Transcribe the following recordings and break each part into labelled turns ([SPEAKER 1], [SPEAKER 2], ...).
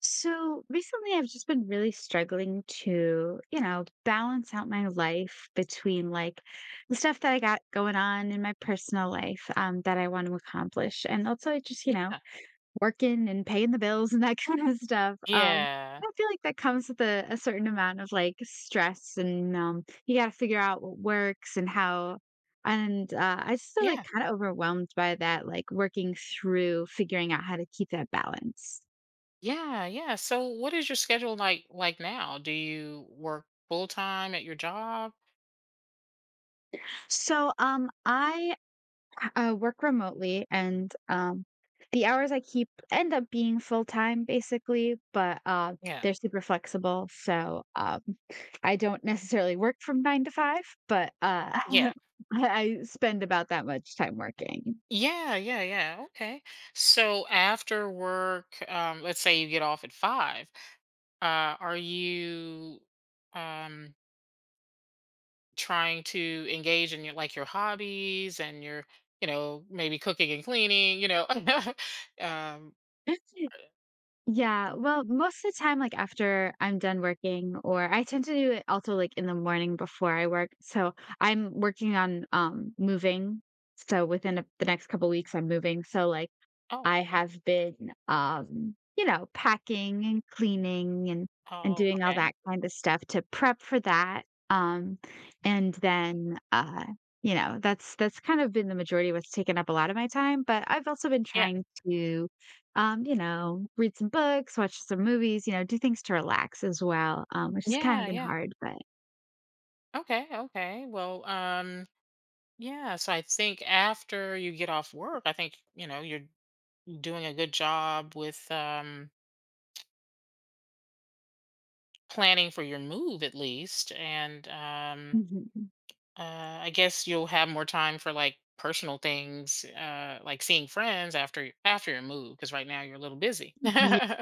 [SPEAKER 1] So recently, I've just been really struggling to, you know, balance out my life between like the stuff that I got going on in my personal life that I want to accomplish, and also just, you know,
[SPEAKER 2] Yeah.
[SPEAKER 1] working and paying the bills and that kind of stuff. Um,
[SPEAKER 2] Yeah.
[SPEAKER 1] I feel like that comes with a certain amount of like stress, and you got to figure out what works and how. And I just feel like
[SPEAKER 2] Yeah.
[SPEAKER 1] kind of overwhelmed by that, like working through figuring out how to keep that balance.
[SPEAKER 2] Yeah. Yeah. So what is your schedule like now? Do you work full time at your job?
[SPEAKER 1] I work remotely, and the hours I keep end up being full time, basically. But
[SPEAKER 2] Yeah.
[SPEAKER 1] they're super flexible, so I don't necessarily work from nine to five, but
[SPEAKER 2] Yeah.
[SPEAKER 1] I I spend about that much time working.
[SPEAKER 2] Yeah, yeah, yeah. Okay. So after work, let's say you get off at five, are you um trying to engage in your like your hobbies and your, you know, maybe cooking and cleaning, you know? um,
[SPEAKER 1] Yeah, well, most of the time, like after I'm done working, or I tend to do it also like in the morning before I work. So I'm working on moving. So within the next couple weeks, I'm moving. So like
[SPEAKER 2] oh,
[SPEAKER 1] I
[SPEAKER 2] okay.
[SPEAKER 1] have been, you know, packing and cleaning and
[SPEAKER 2] Oh,
[SPEAKER 1] doing all
[SPEAKER 2] okay.
[SPEAKER 1] that kind of stuff to prep for that. Um, and then, uh, you know, that's kind of been the majority of what's taken up a lot of my time. But I've also been
[SPEAKER 2] Yeah.
[SPEAKER 1] trying to, you know, read some books, watch some movies, you know, do things to relax as well, which has kind
[SPEAKER 2] Yeah,
[SPEAKER 1] of been
[SPEAKER 2] yeah.
[SPEAKER 1] hard, but
[SPEAKER 2] Okay, okay. Well, yeah, so I think after you get off work, I think, you know, you're doing a good job with planning for your move at least. And uh I guess you'll have more time for like personal things, like seeing friends after your move, because right now you're a little busy.
[SPEAKER 1] mhm.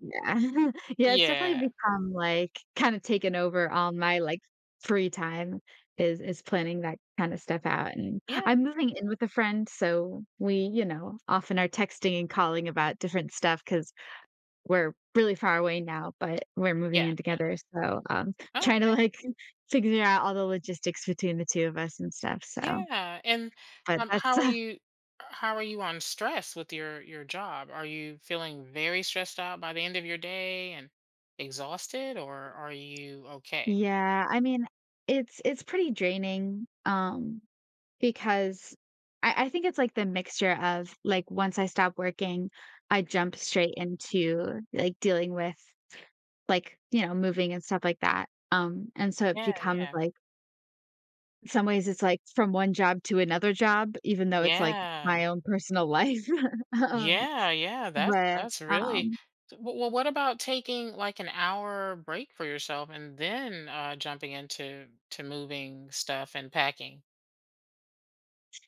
[SPEAKER 1] Yeah. Yeah, it's definitely
[SPEAKER 2] Yeah.
[SPEAKER 1] become, like, kinda taken over all my, like, free time is planning that kinda stuff out, and
[SPEAKER 2] Yeah,
[SPEAKER 1] I'm moving in with a friend, so we, you know, often are texting and calling about different stuff because 'cause we're really far away now, but we're moving
[SPEAKER 2] yeah,
[SPEAKER 1] in
[SPEAKER 2] yeah.
[SPEAKER 1] together, so,
[SPEAKER 2] Oh,
[SPEAKER 1] trying to,
[SPEAKER 2] okay.
[SPEAKER 1] like, figure out all the logistics between the 2 of us and stuff, so
[SPEAKER 2] Yeah, and
[SPEAKER 1] but
[SPEAKER 2] how
[SPEAKER 1] that's
[SPEAKER 2] are you? How are you on stress with your job? Are you feeling very stressed out by the end of your day and exhausted, or are you okay?
[SPEAKER 1] yeah, I mean, it's pretty draining, because I think it's, like, the mixture of, like, once I stop working, I jump straight into, like, dealing with, like, you know, moving and stuff like that, and so it
[SPEAKER 2] Yeah,
[SPEAKER 1] becomes,
[SPEAKER 2] yeah,
[SPEAKER 1] like some ways it's, like, from one job to another job, even though it's, like,
[SPEAKER 2] yeah,
[SPEAKER 1] my own personal life, um,
[SPEAKER 2] yeah, yeah. That's
[SPEAKER 1] but,
[SPEAKER 2] that's really.
[SPEAKER 1] um
[SPEAKER 2] Well, what about taking like an hour break for yourself and then jumping into to moving stuff and packing?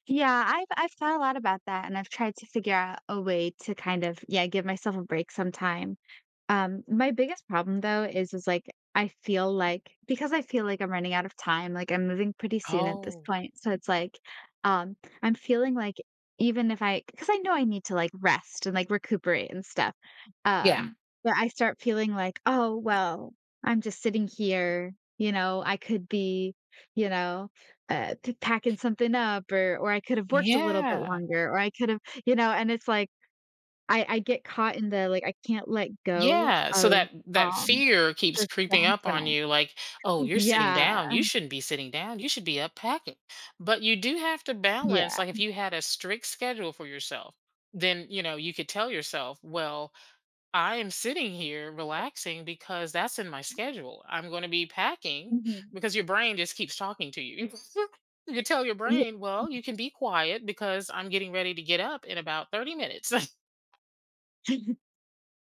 [SPEAKER 1] yeah, I've thought a lot about that, and I've tried to figure out a way to kind of, yeah, give myself a break sometime. My biggest problem though is like I feel like because I feel like I'm running out of time, like I'm moving pretty soon at this
[SPEAKER 2] Oh,
[SPEAKER 1] point. So it's like um I'm feeling like even if I because I know I need to like rest and like recuperate and stuff.
[SPEAKER 2] yeah,
[SPEAKER 1] Um, but I start feeling like, oh well, I'm just sitting here, you know, I could be, you know, packing something up or I could have worked a little bit
[SPEAKER 2] yeah.
[SPEAKER 1] longer or I could have, you know, and it's like I get caught in the, like, I can't let go
[SPEAKER 2] Yeah, so
[SPEAKER 1] of,
[SPEAKER 2] that
[SPEAKER 1] um,
[SPEAKER 2] fear keeps
[SPEAKER 1] the
[SPEAKER 2] creeping
[SPEAKER 1] stress
[SPEAKER 2] up
[SPEAKER 1] when
[SPEAKER 2] on
[SPEAKER 1] I'm
[SPEAKER 2] you like, "Oh, you're sitting
[SPEAKER 1] yeah,
[SPEAKER 2] down, you shouldn't be sitting down, you should be up packing." But you do have to balance,
[SPEAKER 1] yeah,
[SPEAKER 2] like, if you had a strict schedule for yourself, then, you know, you could tell yourself, "Well, I am sitting here relaxing because that's in my schedule. I'm gonna be packing,"
[SPEAKER 1] mhm.
[SPEAKER 2] because your brain just keeps talking to you. You could tell your
[SPEAKER 1] Yeah.
[SPEAKER 2] brain, "Well, you can be quiet because I'm getting ready to get up in about 30 minutes."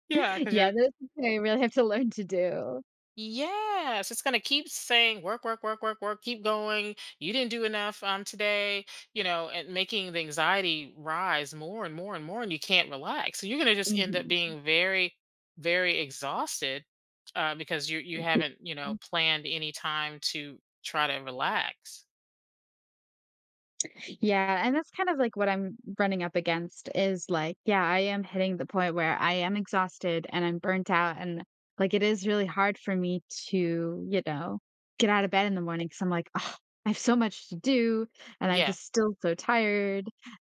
[SPEAKER 2] Yeah, because 'cause you're
[SPEAKER 1] Yeah, that's something I really have to learn to do.
[SPEAKER 2] yes, it's going to keep saying work, work, work, work, work, keep going. You didn't do enough today, you know, and making the anxiety rise more and more and more, and you can't relax. So you're going to just end up
[SPEAKER 1] Mhm.
[SPEAKER 2] being very, very exhausted because you haven't, you know, planned any time to try to relax.
[SPEAKER 1] Yeah, and that's kind of like what I'm running up against is like, yeah, I am hitting the point where I am exhausted and I'm burnt out and like it is really hard for me to, you know, get out of bed in the morning because I'm like, oh, I have so much to do and I'm
[SPEAKER 2] Yeah,
[SPEAKER 1] just still so tired.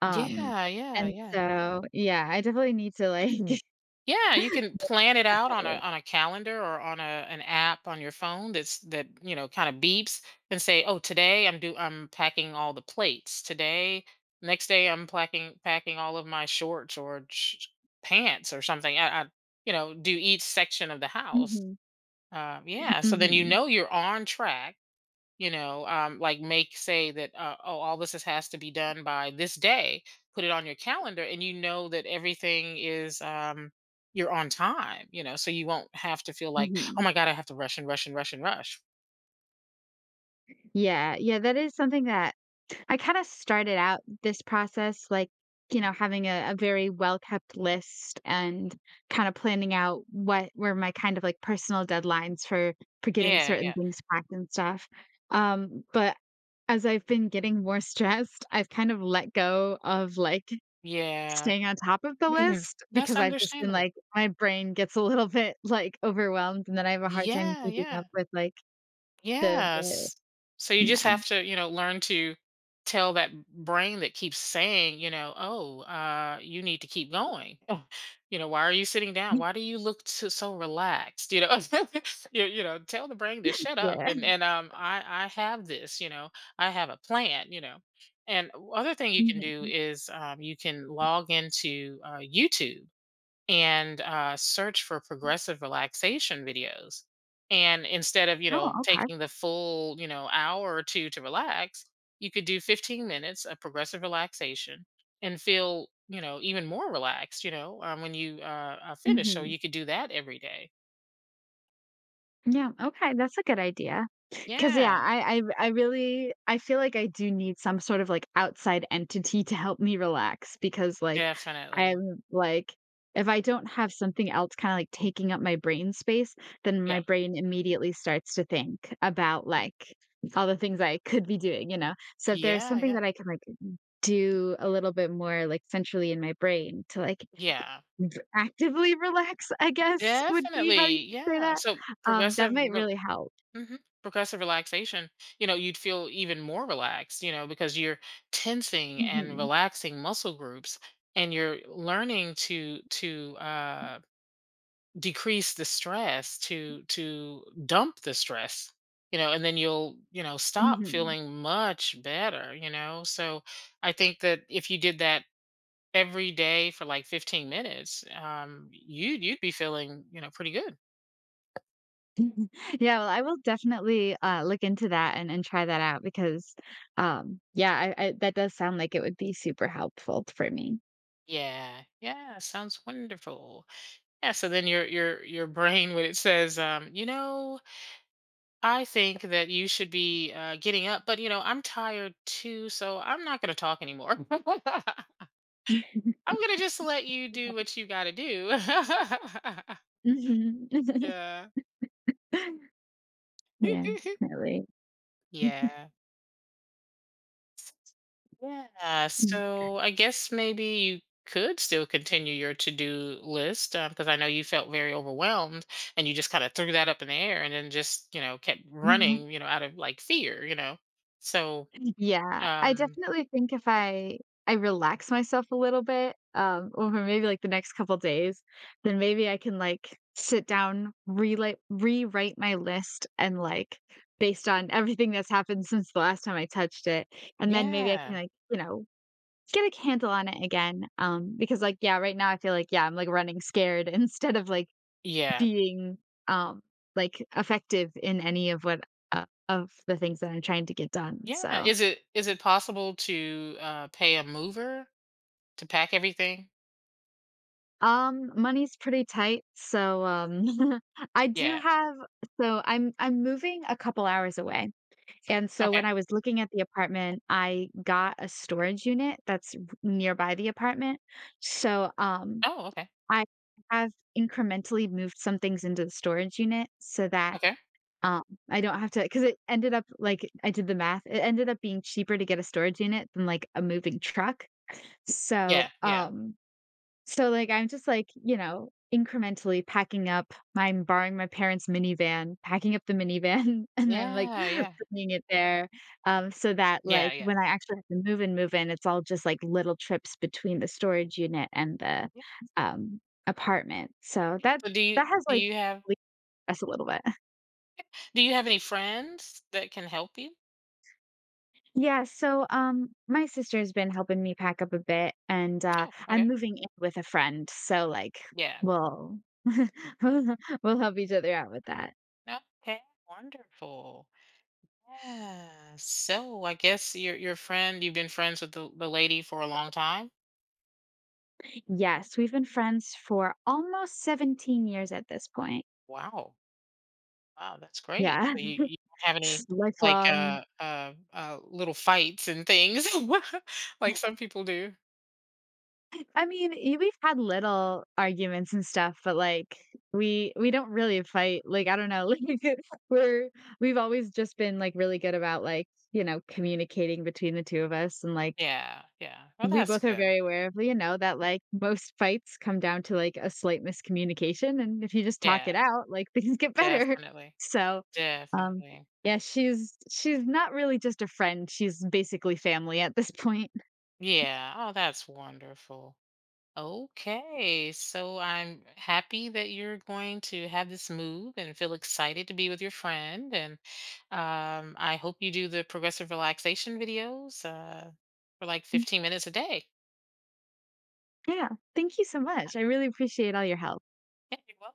[SPEAKER 1] Um,
[SPEAKER 2] yeah, yeah,
[SPEAKER 1] and
[SPEAKER 2] yeah.
[SPEAKER 1] so yeah, I definitely need to like
[SPEAKER 2] Yeah, you can plan it
[SPEAKER 1] get
[SPEAKER 2] out on a
[SPEAKER 1] better.
[SPEAKER 2] on a calendar or on a an app on your phone that you know kind of beeps and say, "Oh, today I'm packing all the plates. Today, next day I'm packing all of my pants or something." I you know, do each section of the house.
[SPEAKER 1] hmm
[SPEAKER 2] Yeah, so then you
[SPEAKER 1] hmm
[SPEAKER 2] know you're on track, you know. Like, make say that oh, all this is, has to be done by this day. Put it on your calendar, and you know that everything is, you're on time, you know, so you won't have to feel like oh
[SPEAKER 1] hmm
[SPEAKER 2] my god, I have to rush and rush and rush and rush.
[SPEAKER 1] Yeah, yeah, that is something that I kinda started out this process, like, you know, having a very well-kept list and kinda planning out what were my kind of, like, personal deadlines for getting
[SPEAKER 2] Yeah,
[SPEAKER 1] certain
[SPEAKER 2] yeah,
[SPEAKER 1] things packed and stuff. But as I've been getting more stressed, I've kind of let go of, like,
[SPEAKER 2] yeah.
[SPEAKER 1] staying on top of the
[SPEAKER 2] Mhm.
[SPEAKER 1] list
[SPEAKER 2] That's
[SPEAKER 1] because I've just been
[SPEAKER 2] understandable.
[SPEAKER 1] like my brain gets a little bit, like, overwhelmed, and then I have a hard time
[SPEAKER 2] Yeah,
[SPEAKER 1] keeping
[SPEAKER 2] yeah.
[SPEAKER 1] up with, like, the
[SPEAKER 2] Yes. So you just
[SPEAKER 1] yeah.
[SPEAKER 2] have to, you know, learn to tell that brain that keeps saying, you know, oh, you need to keep going. Oh, you know, why are you sitting down? Why do you look so, so relaxed? You know, you know, tell the brain to shut up.
[SPEAKER 1] Yeah.
[SPEAKER 2] And I have this, you know, I have a plan, you know. And other thing you can do
[SPEAKER 1] Mhm.
[SPEAKER 2] is, you can log into YouTube and search for progressive relaxation videos. And instead of, you
[SPEAKER 1] Oh,
[SPEAKER 2] know,
[SPEAKER 1] okay.
[SPEAKER 2] taking the full, you know, hour or two to relax, you could do 15 minutes of progressive relaxation and feel, you know, even more relaxed, you know, when you finish. So
[SPEAKER 1] Mhm.
[SPEAKER 2] you could do that every day.
[SPEAKER 1] Yeah, okay, that's a good idea. Cause, yeah,
[SPEAKER 2] Yeah,
[SPEAKER 1] I really I feel like I do need some sort of, like, outside entity to help me relax because, like,
[SPEAKER 2] definitely.
[SPEAKER 1] I'm like, if I don't have something else kinda, like, taking up my brain space, then my
[SPEAKER 2] Yeah.
[SPEAKER 1] brain immediately starts to think about, like, all the things I could be doing, you know? So if there's
[SPEAKER 2] Yeah.
[SPEAKER 1] something
[SPEAKER 2] Yeah.
[SPEAKER 1] that I can, like, do a little bit more, like, centrally in my brain to, like,
[SPEAKER 2] Yeah.
[SPEAKER 1] actively relax, I guess, would be how you
[SPEAKER 2] Definitely.
[SPEAKER 1] would say
[SPEAKER 2] Yeah.
[SPEAKER 1] that?
[SPEAKER 2] So
[SPEAKER 1] That
[SPEAKER 2] progressive.
[SPEAKER 1] might really help.
[SPEAKER 2] Hmm. Progressive relaxation, you know, you'd feel even more relaxed, you know, because you're tensing and
[SPEAKER 1] Mhm.
[SPEAKER 2] relaxing muscle groups, and you're learning to decrease the stress, to dump the stress, you know, and then you'll, you know, stop
[SPEAKER 1] Mhm.
[SPEAKER 2] feeling much better, you know. So I think that if you did that every day for like 15 minutes, you, you'd you'd be feeling, you know, pretty good.
[SPEAKER 1] Yeah, well, I will definitely, look into that and try that out because, yeah, I that does sound like it would be super helpful for me.
[SPEAKER 2] Yeah, yeah, sounds wonderful. Yeah, so then your your brain, when it says, you know, I think that you should be, getting up, but, you know, I'm tired too, so I'm not gonna talk anymore. I'm gonna just let you do what you gotta do.
[SPEAKER 1] Mhm.
[SPEAKER 2] Yeah.
[SPEAKER 1] Yeah, definitely.
[SPEAKER 2] Yeah. Yeah.
[SPEAKER 1] Mm.
[SPEAKER 2] So I guess maybe you could still continue your to-do list, because I know you felt very overwhelmed and you just kind of threw that up in the air and then just, you know, kept running, you know, out of like fear, you know. So
[SPEAKER 1] Yeah, I
[SPEAKER 2] Um,
[SPEAKER 1] definitely think if I relax myself a little bit, over maybe, like, the next couple days, then maybe I can, like, sit down, relate rewrite my list and, like, based on everything that's happened since the last time I touched it, and then maybe I can,
[SPEAKER 2] yeah.
[SPEAKER 1] like, you know, get a handle on it again, because, like, yeah, right now I feel like, yeah, I'm, like, running scared instead of, like,
[SPEAKER 2] Yeah.
[SPEAKER 1] being, um, like, effective in any of what of the things that I'm trying to get done,
[SPEAKER 2] Yeah.
[SPEAKER 1] so
[SPEAKER 2] Is it possible to pay a mover to pack everything?
[SPEAKER 1] money's pretty tight, so, I do
[SPEAKER 2] Yeah.
[SPEAKER 1] have so I'm moving a couple hours away, and so when
[SPEAKER 2] Okay.
[SPEAKER 1] I was looking at the apartment, I got a storage unit that's r nearby the apartment, so,
[SPEAKER 2] Oh, okay.
[SPEAKER 1] I have incrementally moved some things into the storage unit so that
[SPEAKER 2] Okay.
[SPEAKER 1] Um, I don't have to because it ended up like, I did the math, it ended up being cheaper to get a storage unit than, like, a moving truck. So,
[SPEAKER 2] Yeah, yeah.
[SPEAKER 1] um so, like, I'm just, like, you know, incrementally packing up I'm borrowing my parents' minivan, packing up the minivan, and then, like,
[SPEAKER 2] Yeah, yeah.
[SPEAKER 1] bringing it there, so that,
[SPEAKER 2] Yeah,
[SPEAKER 1] like,
[SPEAKER 2] yeah.
[SPEAKER 1] when I actually have to move and move in, it's all just, like, little trips between the storage unit and the,
[SPEAKER 2] Yeah.
[SPEAKER 1] um, apartment. So
[SPEAKER 2] Yeah.
[SPEAKER 1] that
[SPEAKER 2] So
[SPEAKER 1] that has,
[SPEAKER 2] do
[SPEAKER 1] like,
[SPEAKER 2] you have
[SPEAKER 1] relieved us a little bit.
[SPEAKER 2] do you have any friends that can help you?
[SPEAKER 1] Yeah, so my sister's been helping me pack up a bit and
[SPEAKER 2] Oh, okay.
[SPEAKER 1] I'm moving in with a friend. So like
[SPEAKER 2] Yeah.
[SPEAKER 1] we'll we'll we'll help each other out with that.
[SPEAKER 2] Okay. Wonderful. Yeah. So I guess your friend, you've been friends with the lady for a long time?
[SPEAKER 1] Yes, we've been friends for almost 17 years at this point.
[SPEAKER 2] Wow. Wow, that's great.
[SPEAKER 1] Yeah.
[SPEAKER 2] So you don't have any, like,
[SPEAKER 1] Lifelong.
[SPEAKER 2] little fights and things like some people do.
[SPEAKER 1] I mean, we've had little arguments and stuff, but like we don't really fight. Like I don't know, like we're we've always just been like really good about like, you know, communicating between the two of us and like
[SPEAKER 2] Yeah, yeah. Well,
[SPEAKER 1] we
[SPEAKER 2] that's
[SPEAKER 1] both are
[SPEAKER 2] good.
[SPEAKER 1] very aware of, you know, that, like, most fights come down to, like, a slight miscommunication, and if you just talk
[SPEAKER 2] Yeah,
[SPEAKER 1] it out, like, things get better.
[SPEAKER 2] definitely,
[SPEAKER 1] So, um,
[SPEAKER 2] definitely.
[SPEAKER 1] yeah, she's not really just a friend, she's basically family at this point.
[SPEAKER 2] Yeah, oh, that's wonderful. Okay, so I'm happy that you're going to have this move and feel excited to be with your friend, and, I hope you do the progressive relaxation videos, for, like, 15 minutes a day.
[SPEAKER 1] Yeah. Thank you so much. I really appreciate all your help.
[SPEAKER 2] Yeah, you're welcome.